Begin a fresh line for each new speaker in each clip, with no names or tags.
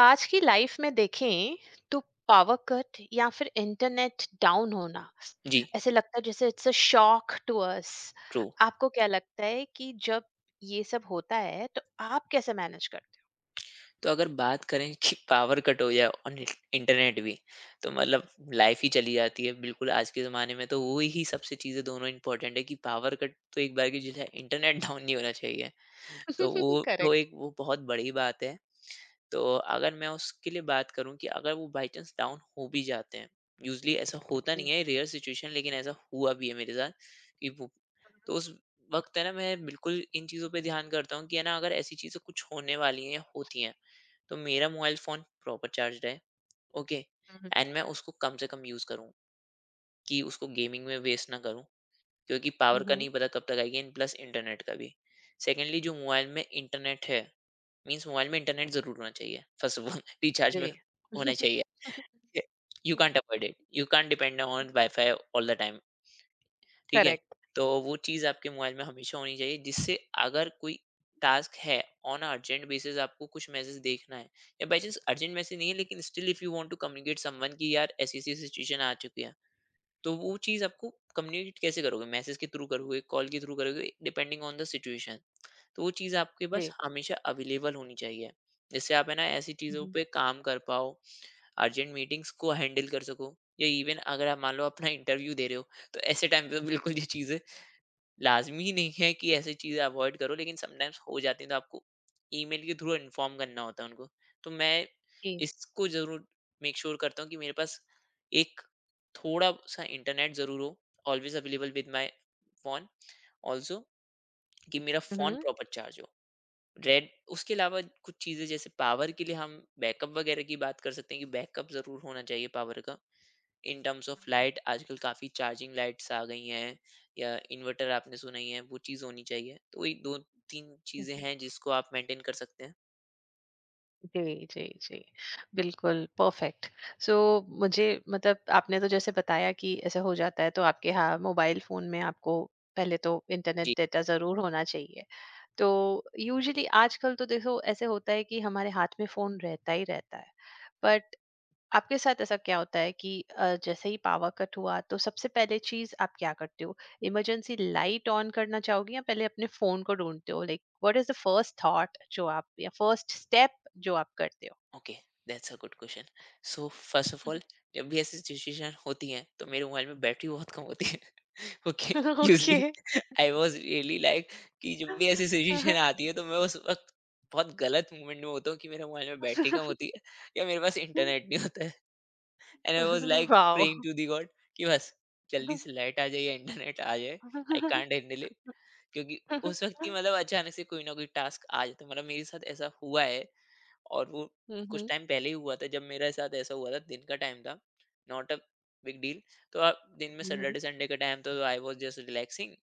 आज की लाइफ में देखें तो पावर कट या फिर इंटरनेट डाउन होना
जी।
ऐसे लगता है जैसे it's a shock to us.
True.
आपको क्या लगता है कि जब ये सब होता है तो आप कैसे मैनेज करते
तो अगर बात करें कि पावर कट हो जाए और इंटरनेट भी, तो मतलब लाइफ ही चली जाती है बिल्कुल। आज के ज़माने में तो वो ही सबसे चीज़ें दोनों इंपॉर्टेंट है कि पावर कट तो एक बार की चीज़ है, इंटरनेट डाउन नहीं होना चाहिए। तो
हो?
वो तो
करेक्ट।
एक वो बहुत बड़ी बात है। तो अगर मैं उसके लिए बात करूं कि अगर वो बाई चांस डाउन हो भी जाते हैं, यूजली ऐसा होता नहीं
जी।
है, रेयर सिचुएशन, लेकिन ऐसा हुआ भी है मेरे साथ कि वो। तो उस वक्त है ना मैं बिल्कुल इन चीज़ों पे ध्यान करता हूँ कि है ना अगर ऐसी चीज़ें कुछ होने वाली हैं या होती हैं, तो मेरा मोबाइल फ़ोन प्रॉपर चार्ज है। ओके।
हम्म।
एंड मैं उसको कम से कम यूज़ करूँ, कि उसको गेमिंग में वेस्ट ना करूँ, क्योंकि पावर का
हम्म,
नहीं पता कब तक आएगी, एंड प्लस इंटरनेट का भी। सेकेंडली जो मोबाइल में इंटरनेट है, मीन्स मोबाइल में इंटरनेट ज़रूर होना चाहिए, फर्स्ट ऑफ ऑल रिचार्ज में
जी।
होना चाहिए। You can't avoid it, you can't depend on wifi all the time, ठीक है?
करेक्ट।
तो वो चीज़ आपके मोबाइल में हमेशा होनी चाहिए जिससे अगर कोई टास्क है ऑन अ अर्जेंट बेसिस, आपको कुछ मैसेज देखना है या बाय चांस अर्जेंट मैसेज नहीं है लेकिन still if you want to communicate someone कि यार ऐसी-ऐसी सिचुएशन आ चुकी है, तो वो चीज़ आपको कम्युनिकेट कैसे करोगे? मैसेज के थ्रू करोगे, कॉल के थ्रू करोगे, डिपेंडिंग ऑन द सिचुएशन। तो वो चीज़ आपके पास
जी।
हमेशा अवेलेबल होनी चाहिए जिससे आप है ना ऐसी चीज़ों
हम्म,
पे काम कर पाओ, अर्जेंट मीटिंग्स को हैंडल कर सको, या इवन अगर आप मान लो अपना इंटरव्यू दे रहे हो, तो ऐसे टाइम पे तो बिल्कुल ये चीज़ें लाजमी ही नहीं है कि ऐसी चीज़ें अवॉइड करो, लेकिन समटाइम्स हो जाती हैं तो आपको ईमेल के थ्रू इन्फॉर्म करना होता है उनको। तो मैं
जी।
इसको ज़रूर मेक श्योर करता हूँ कि मेरे पास एक थोड़ा सा इंटरनेट ज़रूर हो, always available with my phone, also कि मेरा फोन
हम्म।
प्रॉपर चार्ज हो। रेड उसके अलावा कुछ चीज़ें जैसे पावर के लिए हम बैकअप वगैरह की बात कर सकते हैं, कि बैकअप ज़रूर होना चाहिए पावर का। इन टर्म्स ऑफ लाइट, आजकल काफ़ी चार्जिंग लाइट्स आ गई हैं, या इन्वर्टर आपने सुना ही है, वो चीज़ होनी चाहिए। तो वही 2-3 चीज़ें हैं जिसको आप मेंटेन कर सकते हैं।
जी, जी, जी। बिल्कुल, परफेक्ट। सो मुझे मतलब आपने तो जैसे बताया कि ऐसा हो जाता है तो आपके हाँ, मोबाइल फ़ोन में आपको पहले तो
जी।
इंटरनेट डेटा ज़रूर होना चाहिए। तो यूजुअली आजकल तो देखो ऐसे होता है कि हमारे हाथ में फ़ोन रहता ही रहता है। बट आपके साथ ऐसा क्या होता है कि जैसे ही पावर कट हुआ तो सबसे पहले चीज आप क्या करते हो? इमरजेंसी लाइट ऑन करना चाहोगे या पहले अपने फोन को ढूंढते हो, like what is the first thought जो आप या फर्स्ट स्टेप जो आप करते हो?
Okay. That's a good question. So first of all, जब भी ऐसी सिचुएशन होती है तो मेरे मोबाइल में बैटरी बहुत कम होती है। Okay,
okay.
Usually I was really like कि जब भी ऐसी सिचुएशन आती है तो मैं उस वक्त बहुत गलत मोमेंट में होता हूँ कि मेरे मोबाइल में बैटरी कम होती है या मेरे पास इंटरनेट नहीं होता है। And I was like
wow.
Praying to the god कि बस जल्दी से लाइट आ जाए या इंटरनेट आ जाए, आई कांट हैंडल। क्योंकि उस व्यक्ति मतलब अचानक से कोई ना कोई टास्क आ जाता है। मतलब मेरे साथ ऐसा हुआ है, और वो
हम्म।
कुछ
हम्म।
टाइम पहले ही हुआ था। जब मेरे साथ ऐसा हुआ था, दिन का टाइम था, नॉट अ बिग डील। तो आप दिन में, सैटरडे संडे का टाइम था, तो आई वॉज जस्ट रिलैक्सिंग,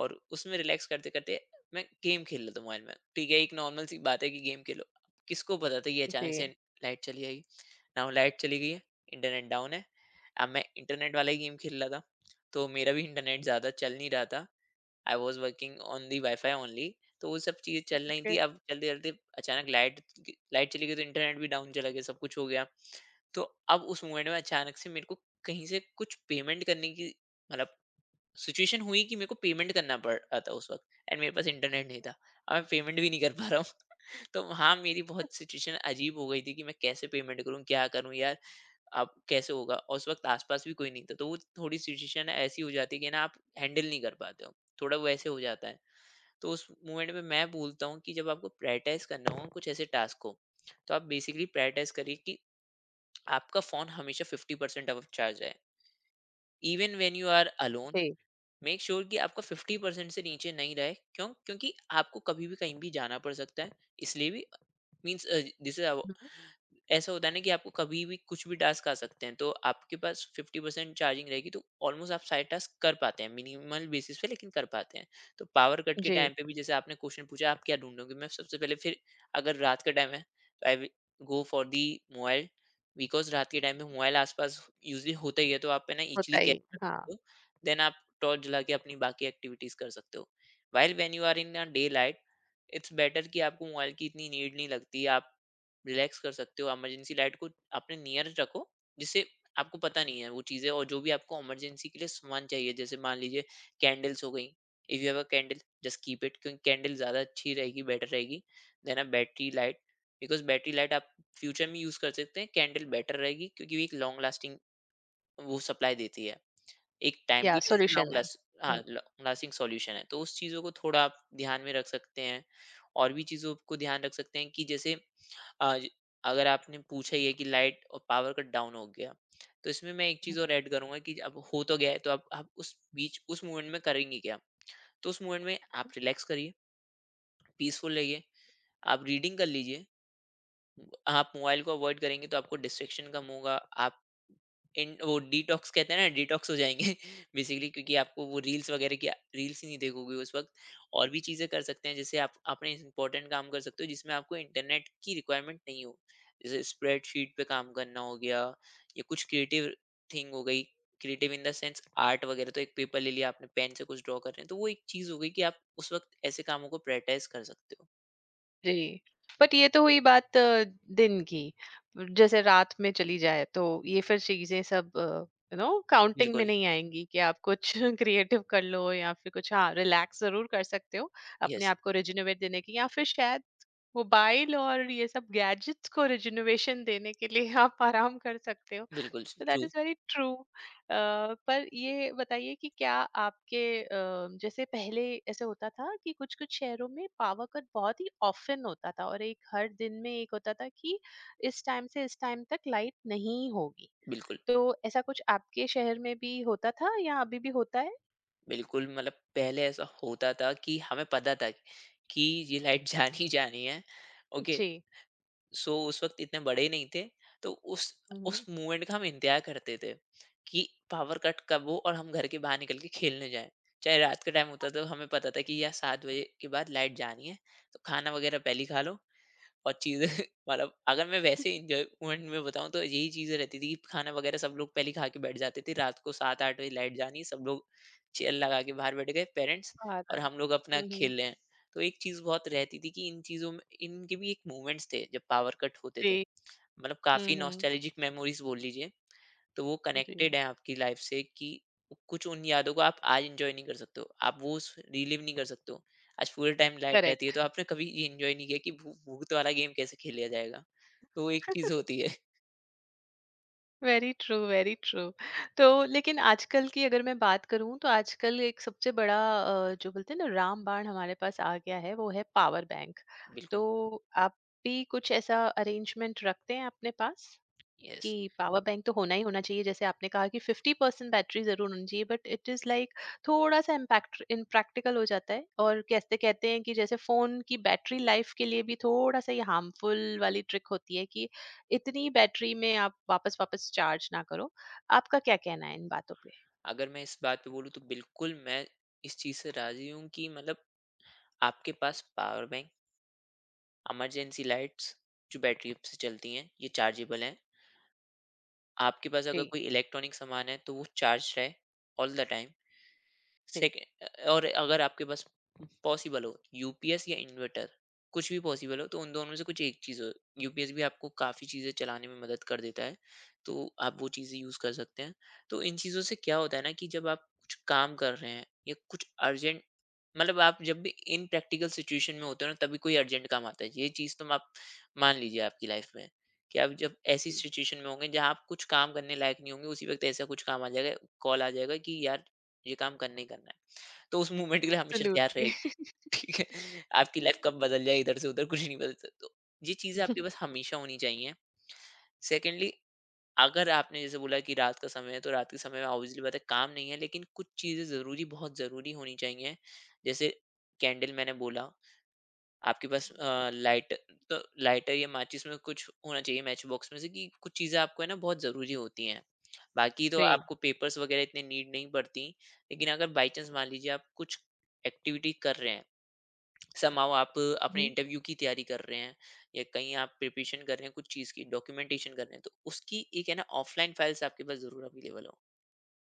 और उसमें रिलैक्स करते करते मैं गेम खेल रहा था मोबाइल में। ठीक है, एक नॉर्मल सी बात है कि गेम खेलो। किसको पता था ये
जी।
अचानक से लाइट चली आई। नाउ लाइट चली गई है, इंटरनेट डाउन है। अब मैं इंटरनेट वाला ही गेम खेल रहा था, तो मेरा भी इंटरनेट ज़्यादा चल नहीं रहा था। I was working on the wifi only, तो वो सब चीज़ें चल रही
ओके।
थी। अब चलते-चलते अचानक लाइट चली गई, तो इंटरनेट भी डाउन चला गया, सब कुछ हो गया। तो अब उस मोमेंट में अचानक से मेरे को कहीं से कुछ पेमेंट करने की मतलब सिचुएशन हुई कि मेरे को पेमेंट करना पड़ रहा था उस वक्त, एंड मेरे पास इंटरनेट नहीं था। अब मैं पेमेंट भी नहीं कर पा रहा हूँ। तो हाँ, मेरी बहुत सिचुएशन अजीब हो गई थी कि मैं कैसे पेमेंट करूँ, क्या करूँ यार, आप कैसे होगा। और उस वक्त आसपास भी कोई नहीं था, तो वो थोड़ी सिचुएशन ऐसी हो जाती है कि ना आप हैंडल नहीं कर पाते हो, थोड़ा वो ऐसे हो जाता है। तो उस मोमेंट में मैं बोलता हूँ कि जब आपको प्रायोरिटाइज करना हो, कुछ ऐसे टास्क हो, तो आप बेसिकली प्रायोरिटाइज करिए कि आपका फोन हमेशा 50% ऑफ चार्ज है। Even when you are alone,
जी।
मेक श्योर कि आपका 50% से नीचे नहीं रहे। क्यों? क्योंकि आपको कभी भी कहीं भी जाना पड़ सकता है, इसलिए भी। मीन्स दिस,
हम्म,
ऐसा होता है ना कि आपको कभी भी कुछ भी टास्क आ सकते हैं, तो आपके पास 50% चार्जिंग रहेगी तो ऑलमोस्ट आप सारे टास्क कर पाते हैं, मिनिमल बेसिस पे, लेकिन कर पाते हैं। तो पावर कट के
जी।
टाइम पे भी, जैसे आपने क्वेश्चन पूछा आप क्या ढूंढोगे, मैं सबसे पहले फिर, अगर रात का टाइम है तो I go for the mobile, because रात के टाइम में मोबाइल आसपास यूजली होता ही है, तो आप है ना इजिली
होता ही, हाँ।
कैच। देन आप टॉर्च जला के अपनी बाकी एक्टिविटीज कर सकते हो। While when you are in a day light, it's better कि आपको मोबाइल की इतनी नीड नहीं लगती, आप रिलैक्स कर सकते हो। इमरजेंसी लाइट को अपने नियर रखो, जिससे आपको पता नहीं है वो चीज़ें, और जो भी आपको इमरजेंसी के लिए सामान चाहिए, जैसे मान लीजिए कैंडल्स हो गई, if you have a candle just keep it, क्योंकि कैंडल ज़्यादा अच्छी रहेगी, बेटर रहेगी than a battery light. Because battery light आप फ्यूचर में यूज़ कर सकते हैं, कैंडल बेटर रहेगी क्योंकि वो एक लॉन्ग लास्टिंग, वो सप्लाई देती है, एक
या
टाइमली बेसिस लॉन्ग
सॉल्यूशन है।
लास्ट। हाँ, लॉन्ग लास्टिंग सॉल्यूशन है। तो उस चीज़ों को थोड़ा आप ध्यान में रख सकते हैं। और भी चीज़ों को ध्यान रख सकते हैं कि जैसे अ, ज अगर आपने पूछा ही है कि लाइट और पावर कट डाउन हो गया, तो इसमें मैं एक चीज़ और ऐड करूँगा कि अब हो तो गया है, तो अब आप उस बीच उस मोमेंट में करेंगे क्या? तो उस मोमेंट में आप रिलैक्स करिए, पीसफुल रहिए, आप रीडिंग कर लीजिए। आप मोबाइल को अवॉइड करेंगे तो आपको डिस्ट्रैक्शन कम होगा, आप इन वो डिटॉक्स कहते हैं ना, डिटॉक्स हो जाएंगे बेसिकली, क्योंकि आपको वो रील्स वगैरह की रील्स ही नहीं देखोगे उस वक्त। और भी चीज़ें कर सकते हैं, जैसे आप अपने इंपॉर्टेंट काम कर सकते हो जिसमें आपको इंटरनेट की रिक्वायरमेंट नहीं हो, जैसे स्प्रेडशीट पे काम करना हो गया, या कुछ क्रिएटिव थिंग हो गई, creative in the sense art वगैरह। तो एक पेपर ले लिया आपने, पेन से कुछ ड्रॉ कर रहे हैं, तो वो एक चीज़ हो गई कि आप उस वक्त ऐसे कामों को प्रायोरिटाइज कर सकते हो।
जी, बट ये तो हुई बात दिन की। जैसे रात में चली जाए तो ये फिर चीज़ें सब काउंटिंग में
बिल्कुल।
नहीं आएँगी कि आप कुछ क्रिएटिव कर लो या फिर कुछ हाँ, रिलैक्स ज़रूर कर सकते हो, अपने
यस।
आप को रिजेनरेट देने की या फिर शायद मोबाइल और ये सब गैजेट्स को रिजुनोवेशन देने के लिए आप आराम कर सकते हो।
बिल्कुल
तो that
true.
Is very true. पर ये बताइए कि क्या आपके जैसे पहले ऐसे होता था कि कुछ कुछ शहरों में पावर कट बहुत ही ऑफन होता था और एक हर दिन में एक होता था कि इस टाइम से इस टाइम तक लाइट नहीं होगी।
बिल्कुल।
तो ऐसा कुछ आपके शहर में भी होता था या अभी भी होता है?
बिल्कुल, मतलब पहले ऐसा होता था कि हमें पता था कि ये लाइट जानी जानी है। ओके।
जी।
सो उस वक्त इतने बड़े ही नहीं थे, तो उस
हम्म,
मोमेंट का हम इंतजार करते थे कि पावर कट कब हो और हम घर के बाहर निकल के खेलने जाएं। चाहे रात का टाइम होता, तो हमें पता था कि यह 7 बजे के बाद लाइट जानी है, तो खाना वगैरह पहले ही खा लो। और चीज़ें मतलब अगर मैं वैसे एन्जॉयमेंट में बताऊँ तो यही चीज़ें रहती थी कि खाना वगैरह सब लोग पहले ही खा के बैठ जाते थे। रात को 7-8 बजे लाइट जानी, सब लोग चेयर लगा के बाहर बैठ गए, पेरेंट्स,
बात
और
है।
हम लोग अपना
हम्म,
खेल रहे हैं। तो एक चीज़ बहुत रहती थी, कि इन चीज़ों में इनके भी एक मोमेंट्स थे जब पावर कट होते
जी।
थे। मतलब काफ़ी
हम्म।
नॉस्टैल्जिक मेमोरीज़ बोल लीजिए। तो वो
जी।
कनेक्टेड है आपकी लाइफ से, कि कुछ उन यादों को आप आज एंजॉय नहीं कर सकते हो, आप वो उस रिलीव नहीं कर सकते हो। आज पूरे टाइम लाइट रहती है
करेक्ट।
तो आपने कभी ये एंजॉय नहीं किया कि भू भूत वाला गेम कैसे खेला जाएगा। तो वो एक चीज़ होती है।
Very true, very true. तो लेकिन आजकल की अगर मैं बात करूं तो आजकल एक सबसे बड़ा जो बोलते हैं ना रामबाण हमारे पास आ गया है वो है पावर बैंक। तो
बिल्कुल।
आप भी कुछ ऐसा अरेंजमेंट रखते हैं अपने पास कि
यस।
पावर बैंक तो होना ही होना चाहिए? जैसे आपने कहा कि फिफ्टी परसेंट बैटरी जरूर होनी चाहिए, बट इट इज लाइक थोड़ा सा इम्पैक्ट इम्प्रैक्टिकल हो जाता है और कहते कहते हैं कि जैसे फोन की बैटरी लाइफ के लिए भी थोड़ा सा ये हार्मफुल वाली ट्रिक होती है कि इतनी बैटरी में आप वापस वापस चार्ज ना करो। आपका क्या कहना है इन बातों पे?
अगर मैं इस बात पे बोलूँ तो बिल्कुल मैं इस चीज़ से राज़ी हूँ कि मतलब, आपके पास पावर बैंक, इमरजेंसी लाइट्स जो बैटरी से चलती हैं, ये चार्जेबल हैं। आपके पास
जी।
अगर कोई इलेक्ट्रॉनिक सामान है तो वो चार्ज रहे ऑल द टाइम।
जी।
सेकंड, और अगर आपके पास पॉसिबल हो यूपीएस या इन्वर्टर, कुछ भी पॉसिबल हो तो उन दोनों में से कुछ एक चीज़ हो। यूपीएस भी आपको काफ़ी चीज़ें चलाने में मदद कर देता है, तो आप वो चीज़ें यूज़ कर सकते हैं। तो इन चीज़ों से क्या होता है ना, कि जब आप कुछ काम कर रहे हैं या कुछ अर्जेंट, मतलब आप जब भी इन प्रैक्टिकल सिचुएशन में होते हो ना, तभी कोई अर्जेंट काम आता है, ये चीज़। तो आप मान लीजिए आपकी लाइफ में कि आप जब ऐसी सिचुएशन में होंगे जहाँ आप कुछ काम करने लायक नहीं होंगे उसी वक्त ऐसा कुछ काम आ जाएगा, कॉल आ जाएगा कि यार ये काम करना ही करना है। तो उस मूवमेंट के लिए हमेशा तैयार रहें।
एब्सोल्युटली।
ठीक है। आपकी लाइफ कब बदल जाए इधर से उधर कुछ नहीं बदल सकता। तो ये चीज़ें आपके पास हमेशा होनी चाहिए। सेकेंडली, अगर आपने जैसे बोला कि रात का समय है तो रात के समय में ऑब्वियसली बात है काम नहीं है, लेकिन कुछ चीज़ें ज़रूरी, बहुत ज़रूरी होनी चाहिए। जैसे कैंडल, मैंने बोला आपके पास लाइट। तो लाइटर या माचिस में कुछ होना चाहिए, मैच बॉक्स में से कि कुछ चीज़ें आपको है ना बहुत ज़रूरी होती हैं। बाकी तो
जी।
आपको पेपर्स वगैरह इतने नीड नहीं पड़ती। लेकिन अगर बाई चांस मान लीजिए आप कुछ एक्टिविटी कर रहे हैं, समहाउ आप अपने
हम्म,
इंटरव्यू की तैयारी कर रहे हैं या कहीं आप प्रिपरेशन कर रहे हैं कुछ चीज़ की, डॉक्यूमेंटेशन कर रहे हैं, तो उसकी एक है ना ऑफ़लाइन फाइल्स आपके पास ज़रूर अवेलेबल हो।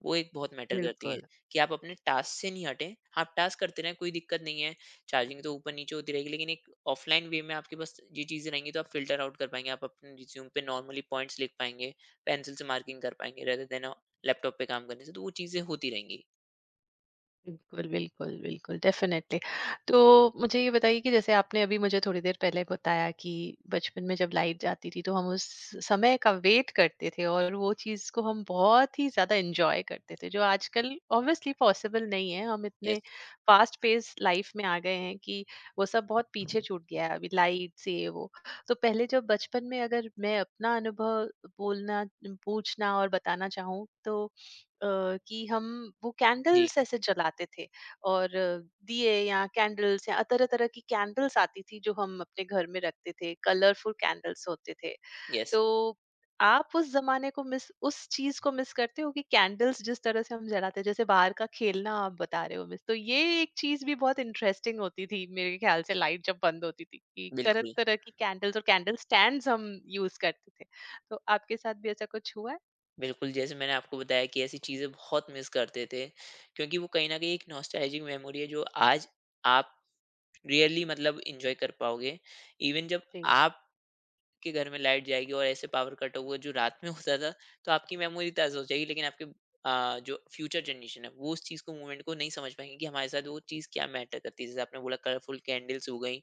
वो एक बहुत मैटर करती हैं
बिल्कुल।
कि आप अपने टास्क से नहीं हटें। आप टास्क करते रहें, कोई दिक्कत नहीं है। चार्जिंग तो ऊपर-नीचे होती रहेगी, लेकिन एक ऑफ़लाइन वे में आपके पास ये चीज़ें रहेंगी, तो आप फ़िल्टर आउट कर पाएँगे। आप अपने रिज़्यूम पे नॉर्मली पॉइंट्स लिख पाएँगे, पेंसिल से मार्किंग कर पाएँगे रेदर देन लैपटॉप पे काम करने से। तो वो चीज़ें होती रहेंगी।
बिल्कुल, बिल्कुल, बिल्कुल, डेफ़िनेटली। तो मुझे ये बताइए कि जैसे आपने अभी मुझे थोड़ी देर पहले बताया कि बचपन में जब लाइट जाती थी, तो हम उस समय का वेट करते थे और वो चीज़ को हम बहुत ही ज़्यादा एन्जॉय करते थे, जो आजकल ऑब्वियसली पॉसिबल नहीं है। हम इतने
यस।
फ़ास्ट पेस लाइफ़ में आ गए हैं कि वो सब बहुत पीछे छूट गया है, अभी लाइट्स, ये वो। तो पहले जब बचपन में अगर मैं अपना अनुभव बोलना पूछना और बताना चाहूँ, तो कि हम वो
जी,
कैंडल्स ऐसे जलाते थे। और दिए या कैंडल्स या तरह-तरह की कैंडल्स आती थी जो हम अपने घर में रखते थे, कलरफुल कैंडल्स होते थे।
यस।
तो आप उस ज़माने को मिस उस चीज़ को मिस करते हो कि कैंडल्स जिस तरह से हम जलाते हैं, जैसे बाहर का खेलना आप बता रहे हो मिस, तो ये एक चीज़ भी बहुत इंटरेस्टिंग होती थी मेरे ख्याल से, लाइट जब बंद होती थी कि
बिल्कुल,
तरह-तरह की कैंडल्स और कैंडल स्टैंड्स हम यूज़ करते थे। तो आपके साथ भी ऐसा कुछ हुआ है?
बिल्कुल। जैसे मैंने आपको बताया कि ऐसी चीज़ें बहुत मिस करते थे, क्योंकि वो कहीं न कहीं एक नॉस्टैल्जिक मेमोरी है, जो आज आप रेयरली मतलब एन्जॉय कर पाओगे। इवन जब
जी,
आप के घर में लाइट जाएगी और ऐसे पावर कट होगा जो रात में होता था तो आपकी मेमोरी ताज़ा हो जाएगी, लेकिन आपके जो फ्यूचर जनरेशन है वो उस चीज़ को, मूवमेंट को नहीं समझ पाएंगे कि हमारे साथ वो चीज़ क्या मैटर करती है। जैसे आपने बोला कलरफुल कैंडल्स हो गई,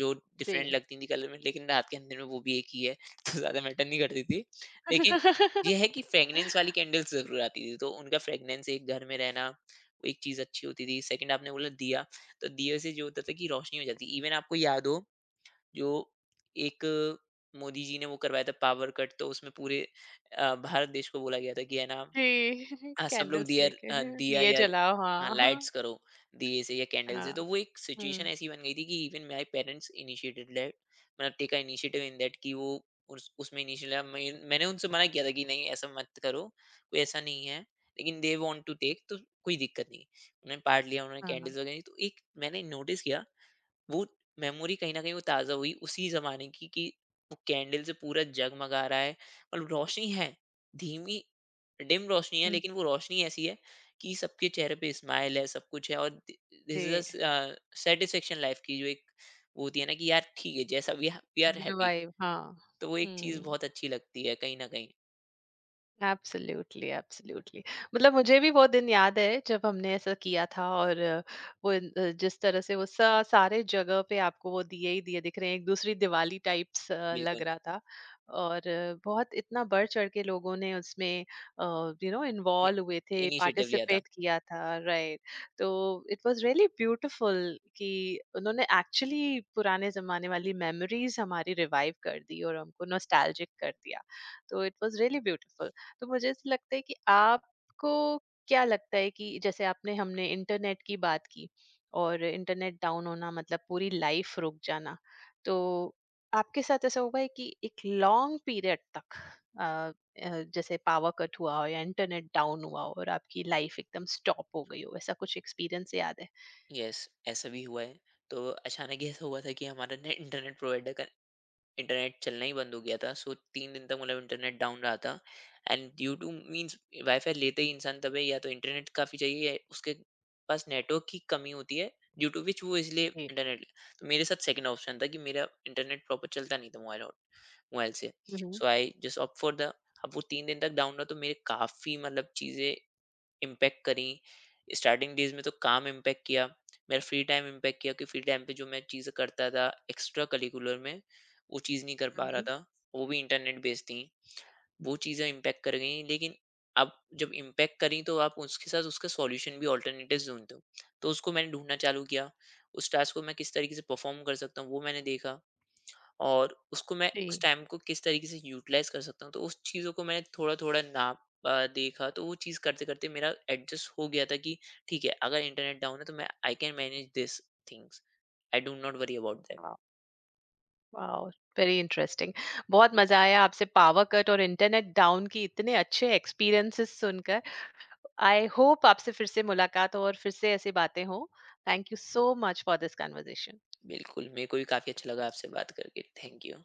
जो
जी।
डिफरेंट लगती थी कलर में, लेकिन रात के अंदर में वो भी एक ही है तो ज़्यादा मैटर नहीं करती थी। लेकिन ये है कि फ्रेगनेंस वाली कैंडल्स जरूर आती थी, तो उनका फ्रेगनेंस एक घर में रहना, वो एक चीज़ अच्छी होती थी। सेकंड, आपने बोला दिया, तो दिए से जो होता था कि रोशनी हो जाती। इवन आपको याद हो जो एक मोदी जी ने वो करवाया था, पावर कट। तो उसमें पूरे भारत देश को बोला गया था कि है ना
जी।
सब लोग
कैंडल्स
दिया,
लेके
दिया
दिए
या
जलाओ।
हाँ,
हाँ, हाँ।
लाइट्स करो दिए से या कैंडल से। तो
हाँ,
वो एक सिचुएशन
हुँ,
ऐसी बन गई थी कि even my parents initiated that. मतलब टेका इनिशिएटिव इन दैट कि वो उस उसमें इनिशिएटिव मैंने उनसे मना किया था कि नहीं, ऐसा मत करो, कोई ऐसा नहीं है। लेकिन दे वांट टू टेक, तो कोई दिक्कत नहीं। उन्होंने पार्ट लिया, उन्होंने
हाँ,
कैंडल्स वगैरह दी, तो एक मैंने नोटिस किया वो मेमोरी कहीं न कहीं वो ताज़ा हुई उसी ज़माने की कि वो कैंडल से पूरा जगमगा रहा है और रोशनी है, धीमी डिम रोशनी है,
हुँ,
लेकिन वो रोशनी ऐसी है कि सबके चेहरे पे स्माइल है, सब कुछ है। और ध दिस इज़ अ
जी।
स सैटिस्फैक्शन लाइफ की जो एक वो होती है ना कि यार ठीक है जैसा, we are, we are happy.
Revive, हाँ।
तो वो एक चीज़
हुँ।
बहुत अच्छी लगती है कहीं न कहीं।
Absolutely, absolutely. मतलब मुझे भी वो दिन याद है जब हमने ऐसा किया था, और वो जिस तरह से वो सा सारे जगह पे आपको वो दिए ही दिए दिख रहे हैं, एक दूसरी दिवाली टाइप्स लग
बिल्कुल,
रहा था। और बहुत इतना बढ़-चढ़ के लोगों ने उसमें अ,
इ
इन्वॉल्व हुए थे,
इनिशिएटिव लिया था।
पार्टिसिपेट किया था, राइट। तो इट वाज़ रियली ब्यूटीफुल कि उन्होंने एक्चुअली पुराने ज़माने वाली मेमोरीज़ हमारी रिवाइव कर दी और हमको नॉस्टैल्जिक कर दिया। तो इट वाज़ रियली ब्यूटीफुल। तो मुझे ऐसा लगता है कि आपको क्या लगता है कि जैसे आपने हमने इंटरनेट की बात की और इंटरनेट डाउन होना मतलब पूरी लाइफ रुक जाना। तो आपके साथ ऐसा हुआ है कि एक लॉन्ग पीरियड तक अ, जैसे पावर कट हुआ हो या इंटरनेट डाउन हुआ हो और आपकी लाइफ एकदम स्टॉप हो गई हो? ऐसा कुछ एक्सपीरियंस याद है?
येस, ऐसा भी हुआ है। तो अचानक ही ऐसा हुआ था कि हमारा ने इंटरनेट प्रोवाइडर का इंटरनेट चलना ही बंद हो गया था। सो तीन दिन तक मतलब इंटरनेट डाउन रहा था। And due to means wifi लेते ही इंसान तब है या तो इंटरनेट काफ़ी चाहिए या उसके पास नेटवर्क की कमी होती है, ड्यू टू विच वो इसलिए
जी।
इंटरनेट। तो मेरे साथ सेकंड ऑप्शन था कि मेरा इंटरनेट प्रॉपर चलता नहीं था मोबाइल, और मोबाइल से
hmm.
So I just opt for the. अब वो तीन दिन तक डाउन रहा, तो मेरे काफ़ी मतलब चीज़ें इम्पैक्ट करी। स्टार्टिंग डेज में तो काम इम्पैक्ट किया, मेरा फ्री टाइम इम्पैक्ट किया कि फ्री टाइम पे जो मैं चीज़ें करता था एक्स्ट्रा करिकुलर में, वो चीज़ नहीं कर पा रहा
हम्म।
था, वो भी इंटरनेट बेस्ड थी। वो चीज़ें इम्पैक्ट कर गई, लेकिन अब जब इम्पैक्ट करी तो आप उसके साथ उसका सॉल्यूशन भी ऑल्टरनेटिव ढूंढते हो। तो उसको मैंने ढूंढना चालू किया, उस टास्क को मैं किस तरीके से परफॉर्म कर सकता हूँ वो मैंने देखा, और उसको मैं उस
जी।
टाइम को किस तरीके से यूटिलाइज़ कर सकता हूँ। तो उस चीज़ों को मैंने थोड़ा-थोड़ा नाप देखा। तो वो चीज़ करते-करते मेरा एडजस्ट हो गया था कि ठीक है, अगर इंटरनेट डाउन है तो मैं I can manage this things. I do not worry about that.
वाह। वाह। Very interesting. बहुत मजा आया आपसे पावर कट और इंटरनेट डाउन की इतने अच्छे एक्सपीरियंसेस सुनकर। आई होप आपसे फिर से मुलाकात हो और फिर से ऐसी बातें हों। Thank you so much for this conversation.
बिल्कुल, मेरे को भी काफ़ी अच्छा लगा आपसे बात करके। Thank you.